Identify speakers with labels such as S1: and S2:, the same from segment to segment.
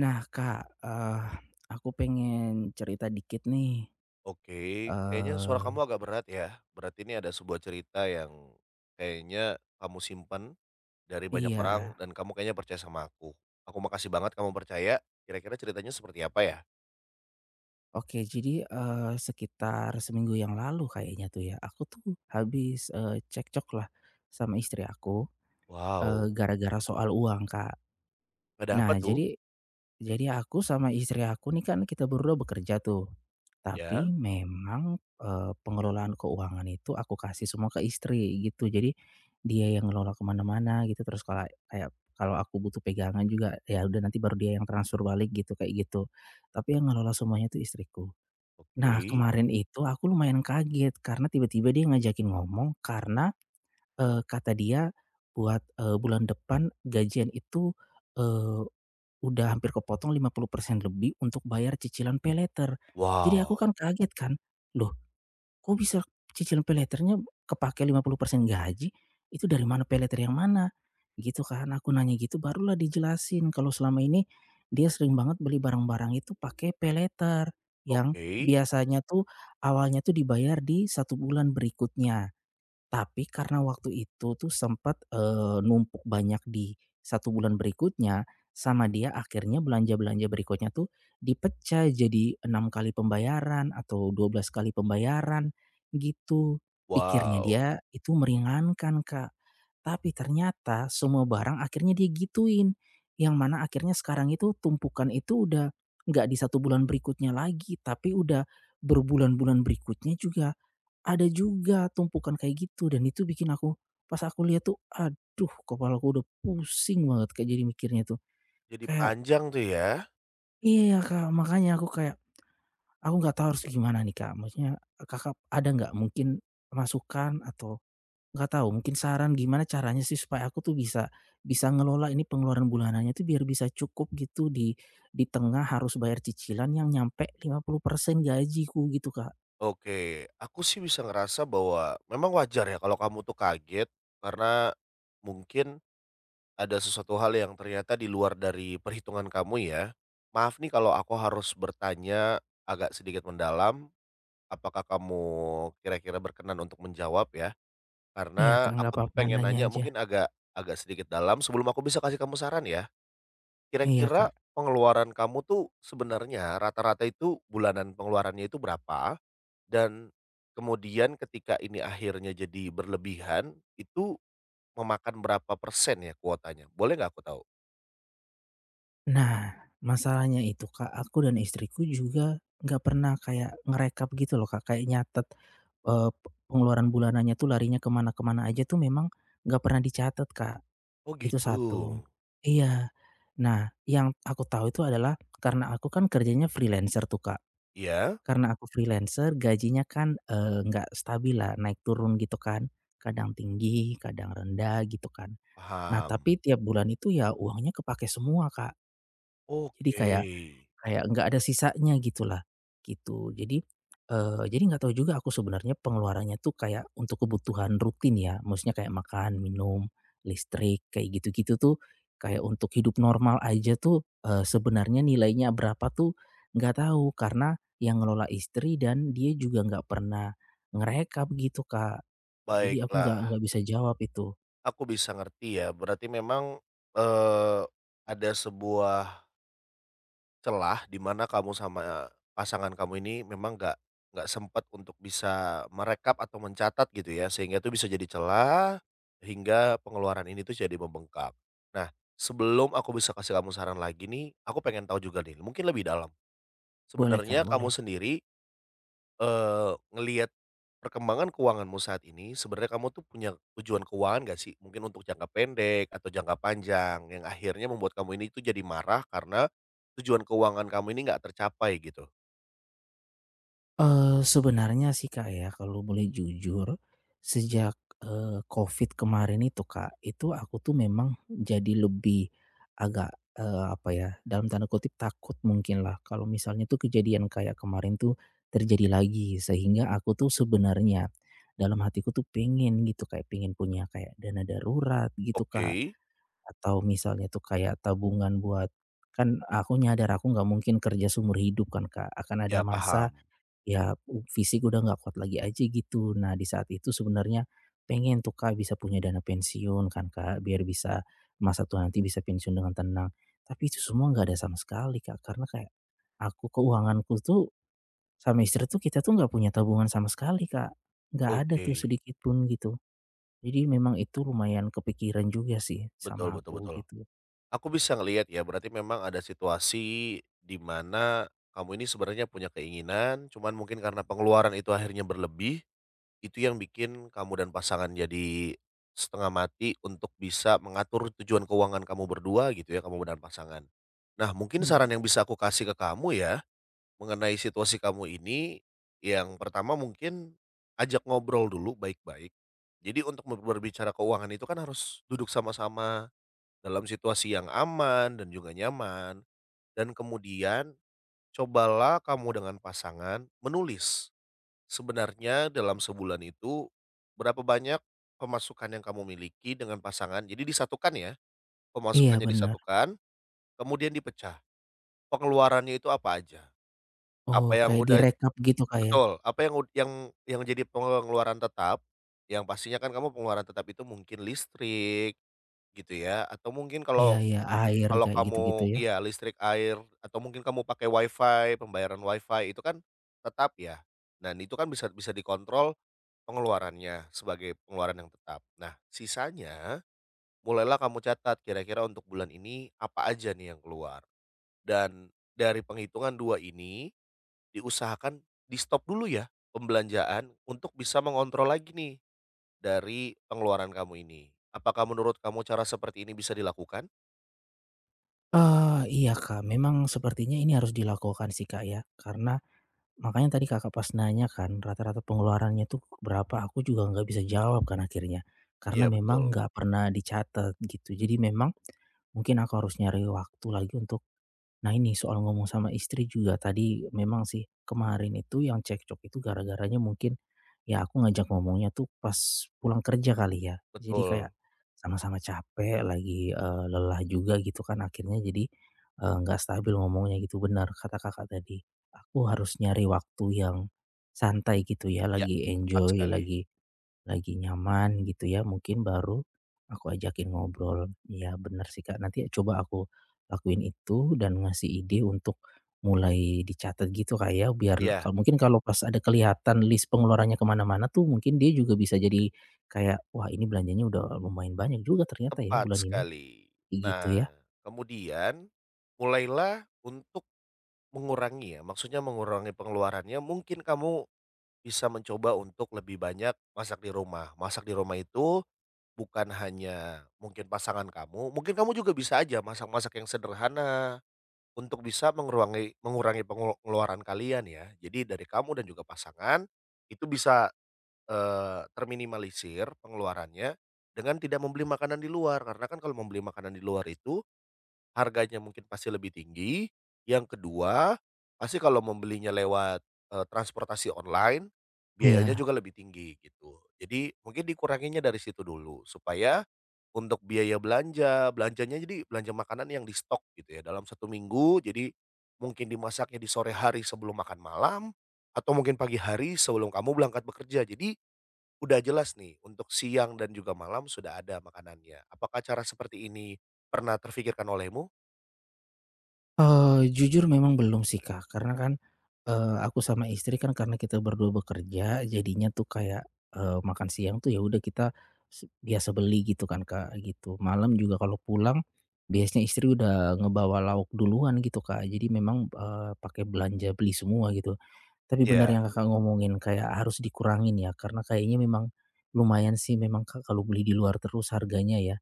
S1: Nah Kak, aku pengen cerita dikit nih.
S2: Oke, kayaknya suara kamu
S1: eee
S2: agak berat ya. Berarti ini ada sebuah cerita yang kayaknya kamu simpan dari banyak orang
S1: iya,
S2: dan kamu kayaknya percaya sama aku. Aku makasih banget kamu percaya. Kira-kira ceritanya seperti apa ya?
S1: oke, jadi, sekitar seminggu yang lalu kayaknya tuh ya, aku tuh habis, cekcok lah sama istri aku,
S2: Wow,
S1: gara-gara soal uang, Kak.
S2: ada apa
S1: Nah
S2: tuh?
S1: jadi Jadi aku sama istri aku nih kan kita berdua bekerja tuh.
S2: Ya,
S1: Tapi memang, pengelolaan keuangan itu aku kasih semua ke istri gitu. Jadi dia yang ngelola kemana mana gitu, terus kalau kayak kalau aku butuh pegangan juga ya udah nanti baru dia yang transfer balik gitu, kayak gitu. Tapi yang ngelola semuanya itu istriku. Nah
S2: oke.
S1: kemarin itu aku lumayan kaget karena tiba-tiba dia ngajakin ngomong karena, kata dia buat, bulan depan gajian itu, udah hampir kepotong 50% lebih untuk bayar cicilan paylater. Jadi aku
S2: Wow,
S1: kan kaget kan, "Loh, kok bisa cicilan paylaternya kepake 50% gaji? Itu dari mana, paylater yang mana?" Gitu kan, aku nanya gitu barulah dijelasin kalau selama ini dia sering banget beli barang-barang itu pakai paylater, yang
S2: oke.
S1: biasanya tuh awalnya tuh dibayar di satu bulan berikutnya. Tapi karena waktu itu tuh sempat numpuk banyak di satu bulan berikutnya, sama dia akhirnya belanja-belanja berikutnya tuh dipecah jadi 6 kali pembayaran atau 12 kali pembayaran, gitu. Pikirnya
S2: Wow,
S1: dia itu meringankan, Kak. Tapi ternyata semua barang akhirnya dia gituin, yang mana akhirnya sekarang itu tumpukan itu udah nggak di satu bulan berikutnya lagi, tapi udah berbulan-bulan berikutnya juga ada juga tumpukan kayak gitu dan itu bikin aku pas aku lihat tuh, aduh kepalaku udah pusing banget Kak, jadi mikirnya tuh.
S2: jadi
S1: Kayak
S2: panjang tuh ya.
S1: iya iya, Kak, makanya aku kayak, aku nggak tahu harus gimana nih, Kak. Maksudnya Kakak ada nggak mungkin masukan atau nggak tahu mungkin saran gimana caranya sih supaya aku tuh bisa bisa ngelola ini pengeluaran bulanannya tuh biar bisa cukup gitu di tengah harus bayar cicilan yang nyampe 50% gajiku gitu, Kak.
S2: Oke, aku sih bisa ngerasa bahwa memang wajar ya kalau kamu tuh kaget karena mungkin ada sesuatu hal yang ternyata di luar dari perhitungan kamu ya. Maaf nih kalau aku harus bertanya agak sedikit mendalam, apakah kamu kira-kira berkenan untuk menjawab ya?
S1: Iya
S2: Karena
S1: Kak, nggak
S2: aku tuh
S1: apa-apa,
S2: pengen
S1: nanya
S2: nanya
S1: aja.
S2: mungkin agak agak sedikit dalam sebelum aku bisa kasih kamu saran ya.
S1: Iya
S2: Kira-kira
S1: Kak.
S2: pengeluaran kamu tuh sebenarnya rata-rata itu bulanan pengeluarannya itu berapa? Dan kemudian ketika ini akhirnya jadi berlebihan, itu memakan berapa persen ya kuotanya? Boleh nggak aku tahu?
S1: Nah, masalahnya itu Kak, aku dan istriku juga nggak pernah kayak ngerekap gitu loh Kak, kayak nyatet, pe pengeluaran bulanannya tuh larinya kemana-kemana aja tuh memang nggak pernah dicatat Kak,
S2: Oh
S1: itu
S2: gitu,
S1: satu. Iya. Nah, yang aku tahu itu adalah karena aku kan kerjanya freelancer tuh Kak,
S2: iya,
S1: karena aku freelancer gajinya kan, nggak stabil lah, naik turun gitu kan, kadang tinggi, kadang rendah gitu kan. Nah,
S2: paham.
S1: tapi tiap bulan itu ya uangnya kepake semua Kak, jadi
S2: Oke,
S1: kayak kayak nggak ada sisanya gitulah, gitu. Jadi, jadi nggak tahu juga aku sebenarnya pengeluarannya tuh kayak untuk kebutuhan rutin ya, maksudnya kayak makan, minum, listrik, kayak gitu-gitu tuh, kayak untuk hidup normal aja tuh, sebenarnya nilainya berapa tuh nggak tahu, karena yang ngelola istri dan dia juga nggak pernah ngerekap gitu, Kak. Jadi aku
S2: baiklah,
S1: nggak bisa jawab itu.
S2: aku bisa ngerti ya, berarti memang, eee, ada sebuah celah di mana kamu sama eh, pasangan kamu ini memang nggak sempat untuk bisa merekap atau mencatat gitu ya, sehingga itu bisa jadi celah, hingga pengeluaran ini tuh jadi membengkak. Nah, sebelum aku bisa kasih kamu saran lagi nih, aku pengen tahu juga nih, mungkin lebih dalam.
S1: Boleh, Kak,
S2: Sebenarnya kamu
S1: boleh.
S2: sendiri ngelihat perkembangan keuanganmu saat ini, sebenarnya kamu tuh punya tujuan keuangan gak sih? Mungkin untuk jangka pendek atau jangka panjang yang akhirnya membuat kamu ini tuh jadi marah karena tujuan keuangan kamu ini nggak tercapai gitu?
S1: Sebenarnya sih, Kak, ya, kalau boleh jujur, sejak, Covid kemarin itu, Kak, itu aku tuh memang jadi lebih agak, apa ya, dalam tanda kutip "takut" mungkin lah kalau misalnya tuh kejadian kayak kemarin tuh terjadi lagi. Sehingga aku tuh sebenarnya dalam hatiku tuh pengen gitu, kayak pengen punya kayak dana darurat gitu,
S2: Oke,
S1: Kak, atau misalnya tuh kayak tabungan buat kan aku nyadar aku nggak mungkin kerja seumur hidup kan, Kak, akan
S2: ya
S1: ada masa
S2: paham.
S1: ya, u fisik udah nggak kuat lagi aja gitu. Nah, di saat itu sebenarnya pengen tuh, Kak, bisa punya dana pensiun kan, Kak, biar bisa masa tua nanti bisa pensiun dengan tenang. Tapi itu semua nggak ada sama sekali, Kak, karena kayak aku keuanganku tuh sama istri tuh kita tuh nggak punya tabungan sama sekali, Kak. Nggak ada
S2: Oke,
S1: tuh sedikit pun gitu. Jadi memang itu lumayan kepikiran juga sih sama
S2: betul betul
S1: aku
S2: betul.
S1: gitu.
S2: Aku bisa ngelihat ya berarti memang ada situasi di mana kamu ini sebenarnya punya keinginan, cuman mungkin karena pengeluaran itu akhirnya berlebih. Itu yang bikin kamu dan pasangan jadi setengah mati untuk bisa mengatur tujuan keuangan kamu berdua gitu ya, kamu dan pasangan. Nah, mungkin
S1: Mmm, bet
S2: saran yang bisa aku kasih ke kamu ya, mengenai situasi kamu ini, yang pertama mungkin ajak ngobrol dulu baik-baik. Jadi untuk berbicara keuangan itu kan harus duduk sama-sama dalam situasi yang aman dan juga nyaman. Dan kemudian cobalah kamu dengan pasangan menulis, sebenarnya dalam sebulan itu, berapa banyak pemasukan yang kamu miliki dengan pasangan? Jadi disatukan ya,
S1: iya
S2: pemasukannya
S1: benar.
S2: disatukan, kemudian dipecah. Pengeluarannya itu apa aja?
S1: Oh,
S2: Apa yang
S1: kayak
S2: udah
S1: direkap gitu, kayak?
S2: betul, apa yang ud yang jadi pengeluaran tetap, yang pastinya kan kamu pengeluaran tetap itu mungkin listrik gitu ya, atau mungkin
S1: Iya
S2: kalau
S1: iya, air
S2: kalau
S1: kayak
S2: kamu
S1: gitu-gitu ya?
S2: iya listrik, air, atau mungkin kamu pakai WiFi, pembayaran WiFi itu kan tetap ya. Dan itu kan bisa bisa dikontrol pengeluarannya, sebagai pengeluaran yang tetap. Nah, sisanya mulailah kamu catat kira-kira untuk bulan ini apa aja nih yang keluar. Dan dari penghitungan 2 ini diusahakan di-stop dulu ya pembelanjaan untuk bisa mengontrol lagi nih dari pengeluaran kamu ini. Apakah menurut kamu cara seperti ini bisa dilakukan?
S1: Iya Kak, memang sepertinya ini harus dilakukan sih Kak ya, karena makanya tadi Kakak pas nanya kan rata-rata pengeluarannya tuh berapa, aku juga nggak bisa jawab kan akhirnya, karena
S2: Iya
S1: memang
S2: betul,
S1: nggak pernah dicatat gitu. Jadi memang mungkin aku harus nyari waktu lagi untuk nah ini soal ngomong sama istri juga tadi memang sih kemarin itu yang cekcok itu gara-garanya mungkin ya aku ngajak ngomongnya tuh pas pulang kerja kali ya. Jadi kayak
S2: betul.
S1: sama-sama capek lagi eh, lelah juga gitu kan akhirnya jadi eh, nggak stabil ngomongnya gitu benar kata kakak tadi. Aku harus nyari waktu yang santai gitu ya
S2: Ya,
S1: lagi
S2: tepat
S1: enjoy
S2: sekali.
S1: lagi nyaman gitu ya, mungkin baru aku ajakin ngobrol. Ya bener sih Kak, nanti coba aku lakuin itu dan ngasih ide untuk mulai dicatat gitu Kak ya, biar
S2: Iya,
S1: kalau mungkin kalau pas ada kelihatan list pengeluarannya kemana mana-mana tuh mungkin dia juga bisa jadi kayak, "Wah ini belanjanya udah lumayan banyak juga ternyata ya
S2: tepat
S1: bulan ini,"
S2: sekali.
S1: kayak gitu
S2: Nah,
S1: ya?
S2: kemudian mulailah untuk mengurangi ya, maksudnya mengurangi pengeluarannya, mungkin kamu bisa mencoba untuk lebih banyak masak di rumah. Masak di rumah itu bukan hanya mungkin pasangan kamu, mungkin kamu juga bisa aja masak-masak yang sederhana untuk bisa mengurangi mengurangi pengeluaran kalian ya. Jadi dari kamu dan juga pasangan itu bisa, terminimalisir pengeluarannya dengan tidak membeli makanan di luar, karena kan kalau membeli makanan di luar itu harganya mungkin pasti lebih tinggi, yang kedua, pasti kalau membelinya lewat, transportasi online, biayanya
S1: Iya.
S2: juga lebih tinggi gitu. Jadi mungkin dikuranginya dari situ dulu, supaya untuk biaya belanja, belanjanya jadi belanja makanan yang di stok gitu ya dalam satu minggu, jadi mungkin dimasaknya di sore hari sebelum makan malam, atau mungkin pagi hari sebelum kamu berangkat bekerja. Jadi udah jelas nih untuk siang dan juga malam sudah ada makanannya. Apakah cara seperti ini pernah terfikirkan olehmu?
S1: Jujur memang belum sih, Kak, karena kan, aku sama istri kan karena kita berdua bekerja jadinya tuh kayak, makan siang tuh ya udah kita se biasa beli gitu kan, Kak, gitu. Malam juga kalau pulang biasanya istri udah ngebawa lauk duluan gitu, Kak, jadi memang, pakai belanja beli semua gitu. Tapi benar
S2: Iya,
S1: yang Kakak ngomongin, kayak harus dikurangin ya, karena kayaknya memang lumayan sih memang Kak kalau beli di luar terus harganya ya.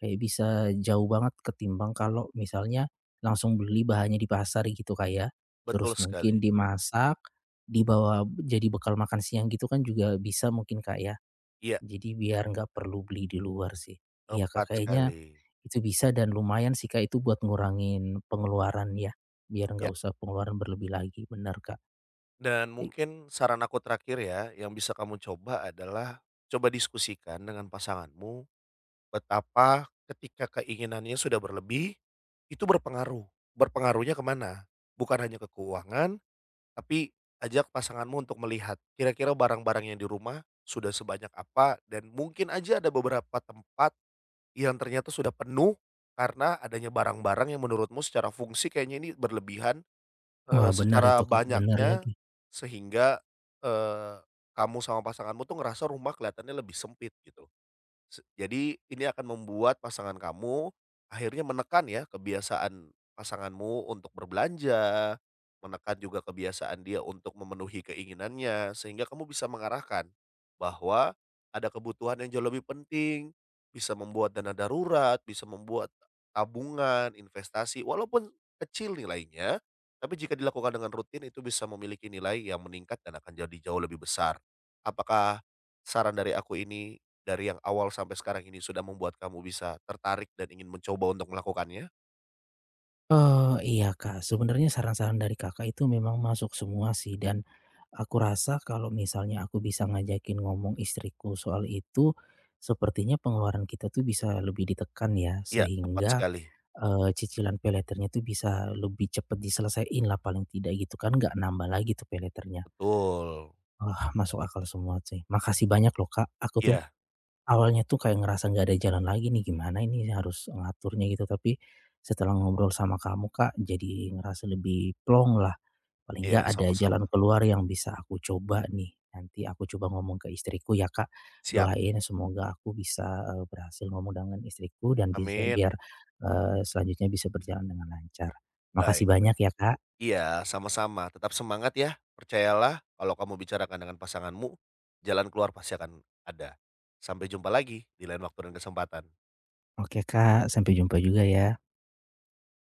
S1: Kayak bisa jauh banget ketimbang kalau misalnya langsung beli bahannya di pasar gitu kayak
S2: betul
S1: terus mungkin
S2: sekali.
S1: dimasak, dibawa jadi bekal makan siang gitu kan juga bisa mungkin Kak ya.
S2: Iya,
S1: Jadi biar nggak perlu beli di luar sih. Iya
S2: tepat
S1: Kak, kayaknya
S2: sekali.
S1: itu bisa dan lumayan sih Kak itu buat ngurangin pengeluaran ya, biar
S2: Ya,
S1: nggak usah pengeluaran berlebih lagi, benar Kak.
S2: dan mungkin saran aku terakhir ya, yang bisa kamu coba adalah, coba diskusikan dengan pasanganmu, betapa ketika keinginannya sudah berlebih, itu berpengaruh. Berpengaruhnya kemana? Bukan hanya ke keuangan, tapi ajak pasanganmu untuk melihat, kira-kira barang-barang yang di rumah sudah sebanyak apa, dan mungkin aja ada beberapa tempat yang ternyata sudah penuh karena adanya barang-barang yang menurutmu secara fungsi kayaknya ini berlebihan,
S1: Wah, benar
S2: secara
S1: itu, Kak, benar
S2: banyaknya
S1: lagi.
S2: sehingga, eee, kamu sama pasanganmu tuh ngerasa rumah kelihatannya lebih sempit gitu. Jadi ini akan membuat pasangan kamu akhirnya menekan ya kebiasaan pasanganmu untuk berbelanja, menekan juga kebiasaan dia untuk memenuhi keinginannya, sehingga kamu bisa mengarahkan bahwa ada kebutuhan yang jauh lebih penting, bisa membuat dana darurat, bisa membuat tabungan, investasi, walaupun kecil nilainya, tapi jika dilakukan dengan rutin itu bisa memiliki nilai yang meningkat dan akan jadi jauh lebih besar. Apakah saran dari aku ini dari yang awal sampai sekarang ini sudah membuat kamu bisa tertarik dan ingin mencoba untuk melakukannya?
S1: Iya, Kak, sebenarnya saran-saran dari Kakak itu memang masuk semua sih dan aku rasa kalau misalnya aku bisa ngajakin ngomong istriku soal itu, sepertinya pengeluaran kita tuh bisa lebih ditekan ya
S2: Iya, tepat
S1: sehingga,
S2: sekali.
S1: cicilan pay tuh bisa lebih cepat diselesaiin lah paling tidak gitu kan, nggak nambah lagi tuh pay
S2: Betul.
S1: wah, masuk akal semua sih. Makasih banyak loh, Kak, aku tuh
S2: Iya
S1: awalnya tuh kayak ngerasa nggak ada jalan lagi nih, gimana ini harus ngaturnya gitu, tapi setelah ngobrol sama kamu, Kak, jadi ngerasa lebih plong lah, paling
S2: iya,
S1: nggak ada
S2: sama-sama.
S1: jalan keluar yang bisa aku coba nih. Nanti aku coba ngomong ke istriku ya, Kak,
S2: Siap,
S1: doain semoga aku bisa, berhasil ngomong dengan istriku dan bisa
S2: amin.
S1: biar, selanjutnya bisa berjalan dengan lancar.
S2: Baik.
S1: Makasih banyak ya, Kak.
S2: Iya, sama-sama, tetap semangat ya. Percayalah kalau kamu bicarakan dengan pasanganmu, jalan keluar pasti akan ada. Sampai jumpa lagi di lain waktu dan kesempatan.
S1: Oke, Kak, sampai jumpa juga ya.